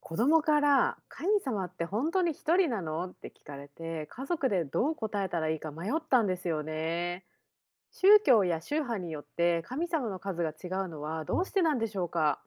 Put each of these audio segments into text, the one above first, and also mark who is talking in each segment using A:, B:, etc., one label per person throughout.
A: 子供から「神様って本当に一人なの？」って聞かれて家族でどう答えたらいいか迷ったんですよね。宗教や宗派によって神様の数が違うのはどうしてなんでしょうか？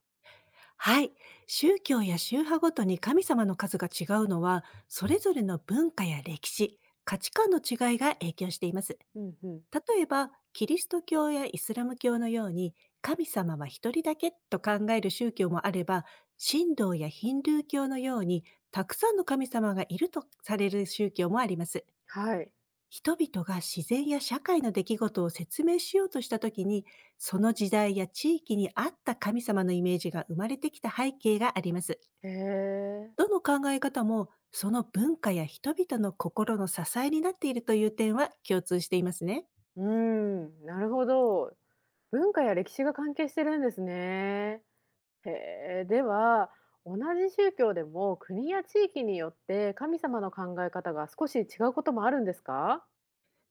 B: はい。宗教や宗派ごとに神様の数が違うのは、それぞれの文化や歴史、価値観の違いが影響しています。
A: うんうん。
B: 例えば、キリスト教やイスラム教のように、神様は一人だけと考える宗教もあれば、神道やヒンドゥー教のように、たくさんの神様がいるとされる宗教もあります。
A: はい。
B: 人々が自然や社会の出来事を説明しようとしたときに、その時代や地域に合った神様のイメージが生まれてきた背景があります。
A: へえ。
B: どの考え方も、その文化や人々の心の支えになっているという点は共通していますね。
A: うーん、なるほど。文化や歴史が関係してるんですね。へえ。では、同じ宗教でも国や地域によって神様の考え方が少し違うこともあるんですか？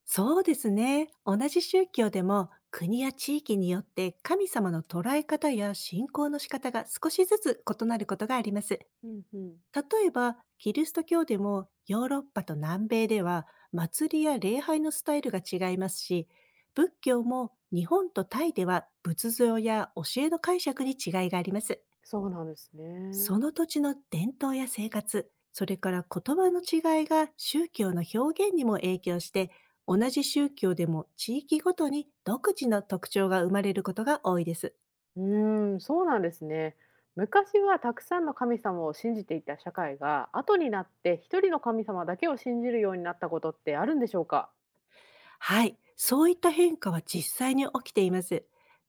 B: そうですね。同じ宗教でも、国や地域によって神様の捉え方や信仰の仕方が少しずつ異なることがあります。
A: うんうん。
B: 例えば、キリスト教でもヨーロッパと南米では祭りや礼拝のスタイルが違いますし、仏教も日本とタイでは仏像や教えの解釈に違いがあります。
A: そうなんですね。
B: その土地の伝統や生活、それから言
A: う
B: 葉の
A: ん。
B: 違いが宗教の表現にも影響して、同じ宗教でも地域ごとに独自の特徴が生まれることが多いです。
A: そうなんですね。昔はたくさんの神様を信じていた社会が、後になって一人の神様だけを信じるようになったことってあるんでしょうか？
B: はい、そういった変化は実際に起きています。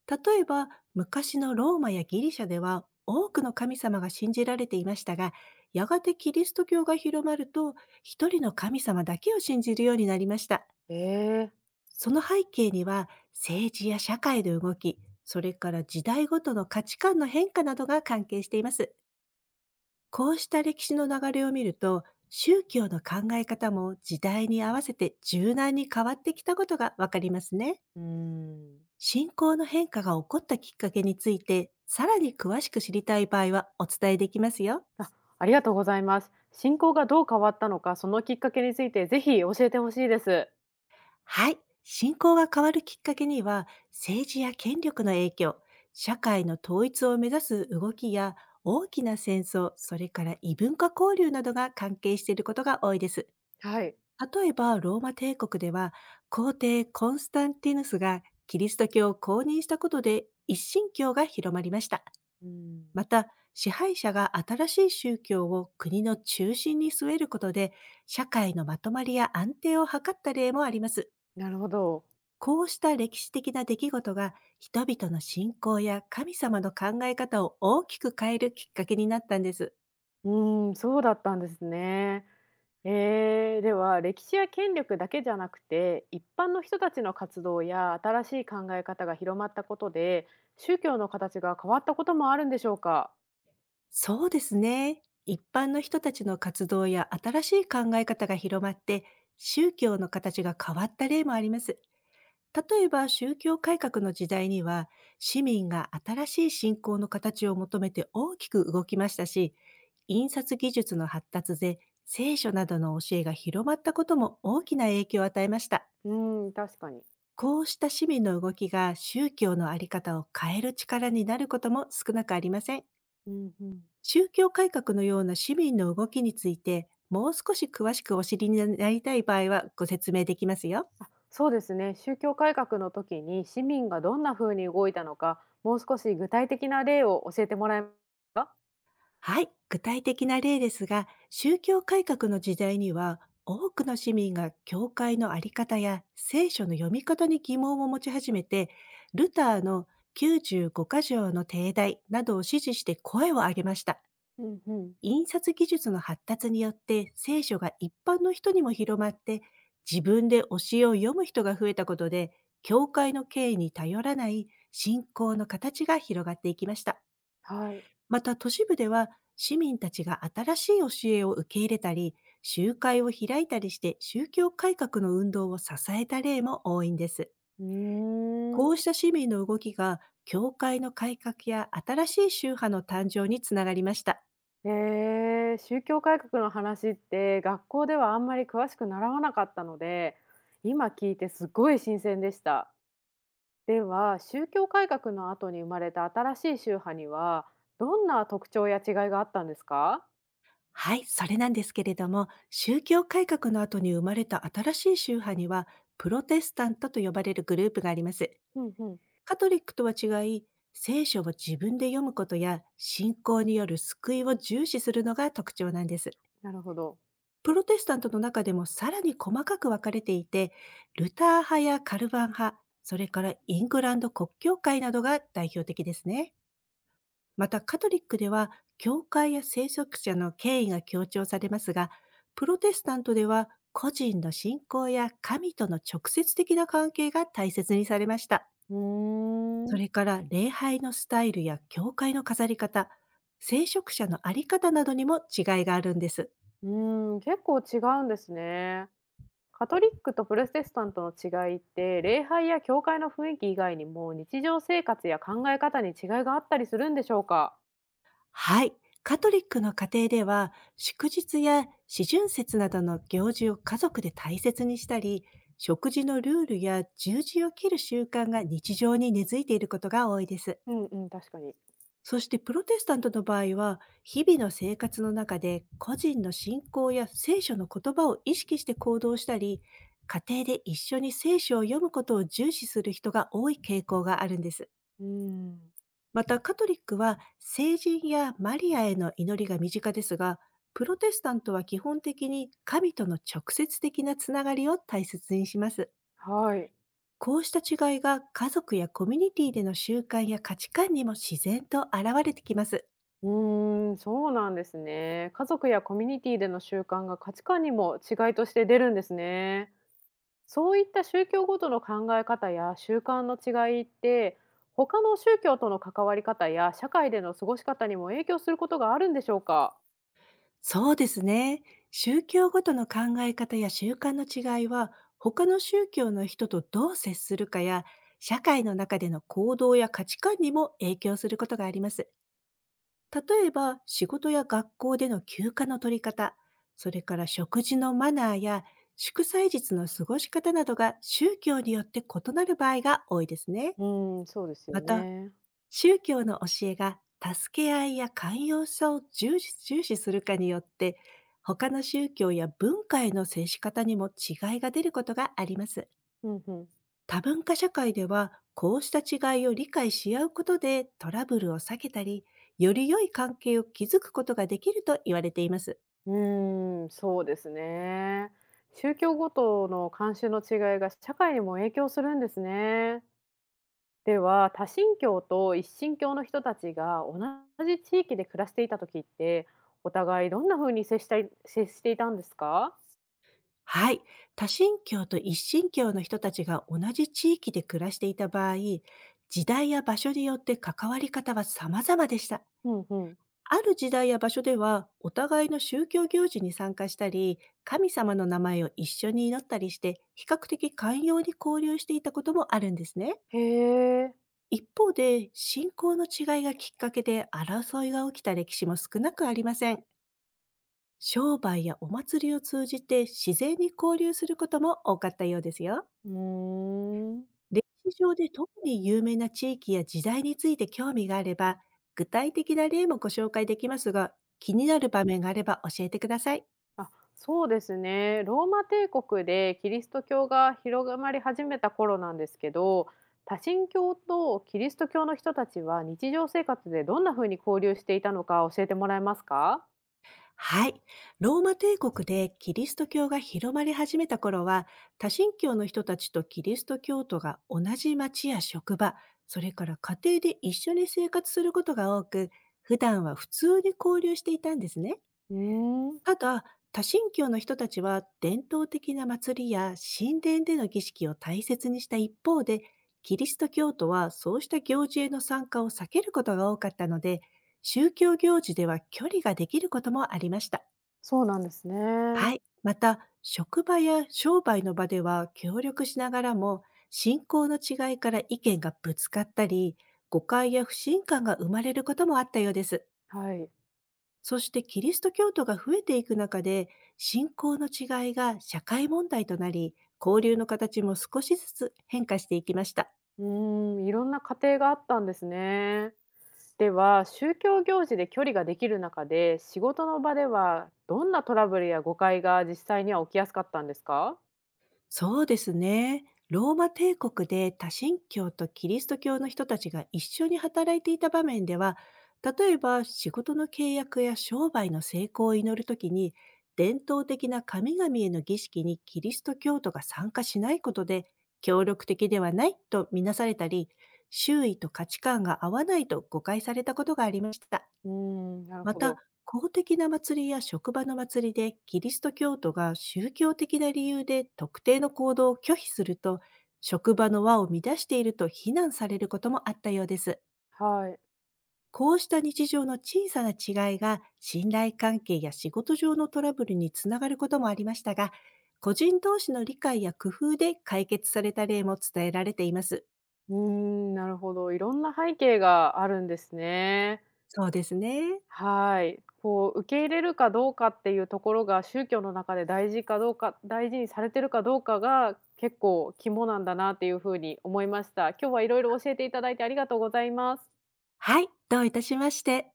B: 例えば、昔のローマやギリシャでは多くの神様が信じられていましたが、やがてキリスト教が広まると、一人の神様だけを信じるようになりました。
A: ええ、
B: その背景には、政治や社会の動き、それから時代ごとの価値観の変化などが関係しています。こうした歴史の流れを見ると、宗教の考え方も時代に合わせて柔軟に変わってきたことがわかりますね。
A: うーん。
B: 信仰の変化が起こったきっかけについて、さらに詳しく知りたい場合はお伝えできますよ。
A: ありがとうございます。信仰がどう変わったのか、そのきっかけについてぜひ教えてほしいです。
B: はい。信仰が変わるきっかけには、政治や権力の影響、社会の統一を目指す動きや、大きな戦争、それから異文化交流などが関係していることが多いです。
A: はい。
B: 例えば、ローマ帝国では、皇帝コンスタンティヌスがキリスト教を公認したことで、一神教が広まりました。
A: うん、
B: また、支配者が新しい宗教を国の中心に据えることで、社会のまとまりや安定を図った例もあります。
A: なるほど。
B: こうした歴史的な出来事が人々の信仰や神様の考え方を大きく変えるきっかけになったんです。
A: うん、そうだったんですね。では歴史や権力だけじゃなくて一般の人たちの活動や新しい考え方が広まったことで宗教の形が変わったこともあるんでしょうか？
B: そうですね。一般の人たちの活動や新しい考え方が広まって、宗教の形が変わった例もあります。例えば、宗教改革の時代には、市民が新しい信仰の形を求めて大きく動きましたし、印刷技術の発達で、聖書などの教えが広まったことも大きな影響を与えました。
A: うん、確かに。
B: こうした市民の動きが、宗教のあり方を変える力になることも少なくありません。
A: うんうん。
B: 宗教改革のような市民の動きについて、もう少し詳しくお知りになりたい場合はご説明できますよ。
A: あ、そうですね。宗教改革の時に市民がどんな風に動いたのかもう少し具体的な例を教えてもらえますか？
B: はい、具体的な例ですが、宗教改革の時代には、多くの市民が教会のあり方や聖書の読み方に疑問を持ち始めて、ルターの95箇条の定題などを支持して声を上げました。
A: うんうん。
B: 印刷技術の発達によって聖書が一般の人にも広まって、自分で教えを読む人が増えたことで、教会の経緯に頼らない信仰の形が広がっていきました。
A: はい。
B: また、都市部では市民たちが新しい教えを受け入れたり、集会を開いたりして宗教改革の運動を支えた例も多いんです。
A: うー
B: こ
A: ん
B: うした市民の動きが、教会の改革や新しい宗派の誕生につながりました。
A: 宗教改革の話って学校ではあんまり詳しく習わなかったので、今聞いてすごい新鮮でした。では、宗教改革の後に生まれた新しい宗派には、どんな特徴や違いがあったんですか？
B: はい、それなんですけれども、宗教改革の後に生まれた新しい宗派には、プロテスタントと呼ばれるグループがあります。
A: うんうん、
B: カトリックとは違い、聖書を自分で読むことや信仰による救いを重視するのが特徴なんです。
A: なるほど。
B: プロテスタントの中でもさらに細かく分かれていて、ルター派やカルバン派、それからイングランド国教会などが代表的ですね。またカトリックでは、教会や聖職者の権威が強調されますが、プロテスタントでは個人の信仰や神との直接的な関係が大切にされました。
A: うー
B: そ
A: ん。
B: れから、礼拝のスタイルや教会の飾り方、聖職者のあり方などにも違いがあるんです。
A: 結構違うんですね。カトリックとプロテスタントの違いって、礼拝や教会の雰囲気以外にも、日常生活や考え方に違いがあったりするんでしょうか？
B: はい。カトリックの家庭では、祝日や四旬節などの行事を家族で大切にしたり、食事のルールや十字を切る習慣が日常に根付いていることが多いです。
A: うんうん、確かに。
B: そしてプロテスタントの場合は、日々の生活の中で個人の信仰や聖書の言葉を意識して行動したり、家庭で一緒に聖書を読むことを重視する人が多い傾向があるんです。
A: うん。
B: またカトリックは聖人やマリアへの祈りが身近ですが、プロテスタントは基本的に神との直接的なつながりを大切にします。
A: はい。
B: こうした違いが、家族やコミュニティでの習慣や価値観にも自然と現れてきます。
A: うーん、そうなんですね。家族やコミュニティでの習慣が価値観にも違いとして出るんですね。そういった宗教ごとの考え方や習慣の違いって、他の宗教との関わり方や社会での過ごし方にも影響することがあるんでしょうか？
B: そうですね。宗教ごとの考え方や習慣の違いは、他の宗教の人とどう接するかや、社会の中での行動や価値観にも影響することがあります。例えば、仕事や学校での休暇の取り方、それから食事のマナーや祝祭日の過ごし方などが宗教によって異なる場合が多いですね。
A: うん、そうですよ
B: また、
A: ね。
B: 宗教の教えが助け合いや寛容さを重視するかによって、他の宗教や文化への接し方にも違いが出ることがあります。
A: うんうん。
B: 多文化社会では、こうした違いを理解し合うことでトラブルを避けたり、より良い関係を築くことができると言われています。
A: うーん、そうですね。宗教ごとの慣習の違いが社会にも影響するんですね。では、多神教と一神教の人たちが同じ地域で暮らしていた時って、お互いどんな風に接していたんですか？
B: はい。多神教と一神教の人たちが同じ地域で暮らしていた場合、時代や場所によって関わり方は様々でした。
A: うんうん。
B: ある時代や場所では、お互いの宗教行事に参加したり、神様の名前を一緒に祈ったりして、比較的寛容に交流していたこともあるんですね。
A: へえ。
B: 一方で、信仰の違いがきっかけで争いが起きた歴史も少なくありません。商売やお祭りを通じて自然に交流することも多かったようですよ。
A: うーん。
B: 歴史上で特に有名な地域や時代について興味があれば、具体的な例もご紹介できますが、気になる場面があれば教えてください。
A: あ、そうですね。ローマ帝国でキリスト教が広まり始めた頃なんですけど、多神教とキリスト教の人たちは日常生活でどんな風に交流していたのか教えてもらえますか？
B: はい。ローマ帝国でキリスト教が広まり始めた頃は、多神教の人たちとキリスト教徒が同じ町や職場、それから家庭で一緒に生活することが多く、普段は普通に交流していたんですね。
A: うーん、
B: ただ、多神教の人たちは伝統的な祭りや神殿での儀式を大切にした一方で、キリスト教徒はそうした行事への参加を避けることが多かったので、宗教行事では距離ができることもありました。
A: そうなんですね。
B: はい。また、職場や商売の場では協力しながらも、信仰の違いから意見がぶつかったり、誤解や不信感が生まれることもあったようです。
A: はい。
B: そしてキリスト教徒が増えていく中で、信仰の違いが社会問題となり、交流の形も少しずつ変化していきました。
A: いろんな家庭があったんですね。では、宗教行事で距離ができる中で、仕事の場ではどんなトラブルや誤解が実際には起きやすかったんですか？
B: そうですね。ローマ帝国で多神教とキリスト教の人たちが一緒に働いていた場面では、例えば仕事の契約や商売の成功を祈るときに、伝統的な神々への儀式にキリスト教徒が参加しないことで、協力的ではないとみなされたり、周囲と価値観が合わないと誤解されたことがありました。
A: うーん、なる
B: ま
A: ほ
B: た、
A: ど。
B: 公的な祭りや職場の祭りでキリスト教徒が宗教的な理由で特定の行動を拒否すると、職場の輪を乱していると非難されることもあったようです。
A: はい。
B: こうした日常の小さな違いが信頼関係や仕事上のトラブルにつながることもありましたが、個人同士の理解や工夫で解決された例も伝えられています。
A: うーん、なるほど。いろんな背景があるんですね。
B: そうですね。
A: はい。こう受け入れるかどうかっていうところが、宗教の中で大事にされてるかどうかが、結構肝なんだなっていうふうに思いました。今日はいろいろ教えていただいてありがとうございます。
B: はい、どういたしまして。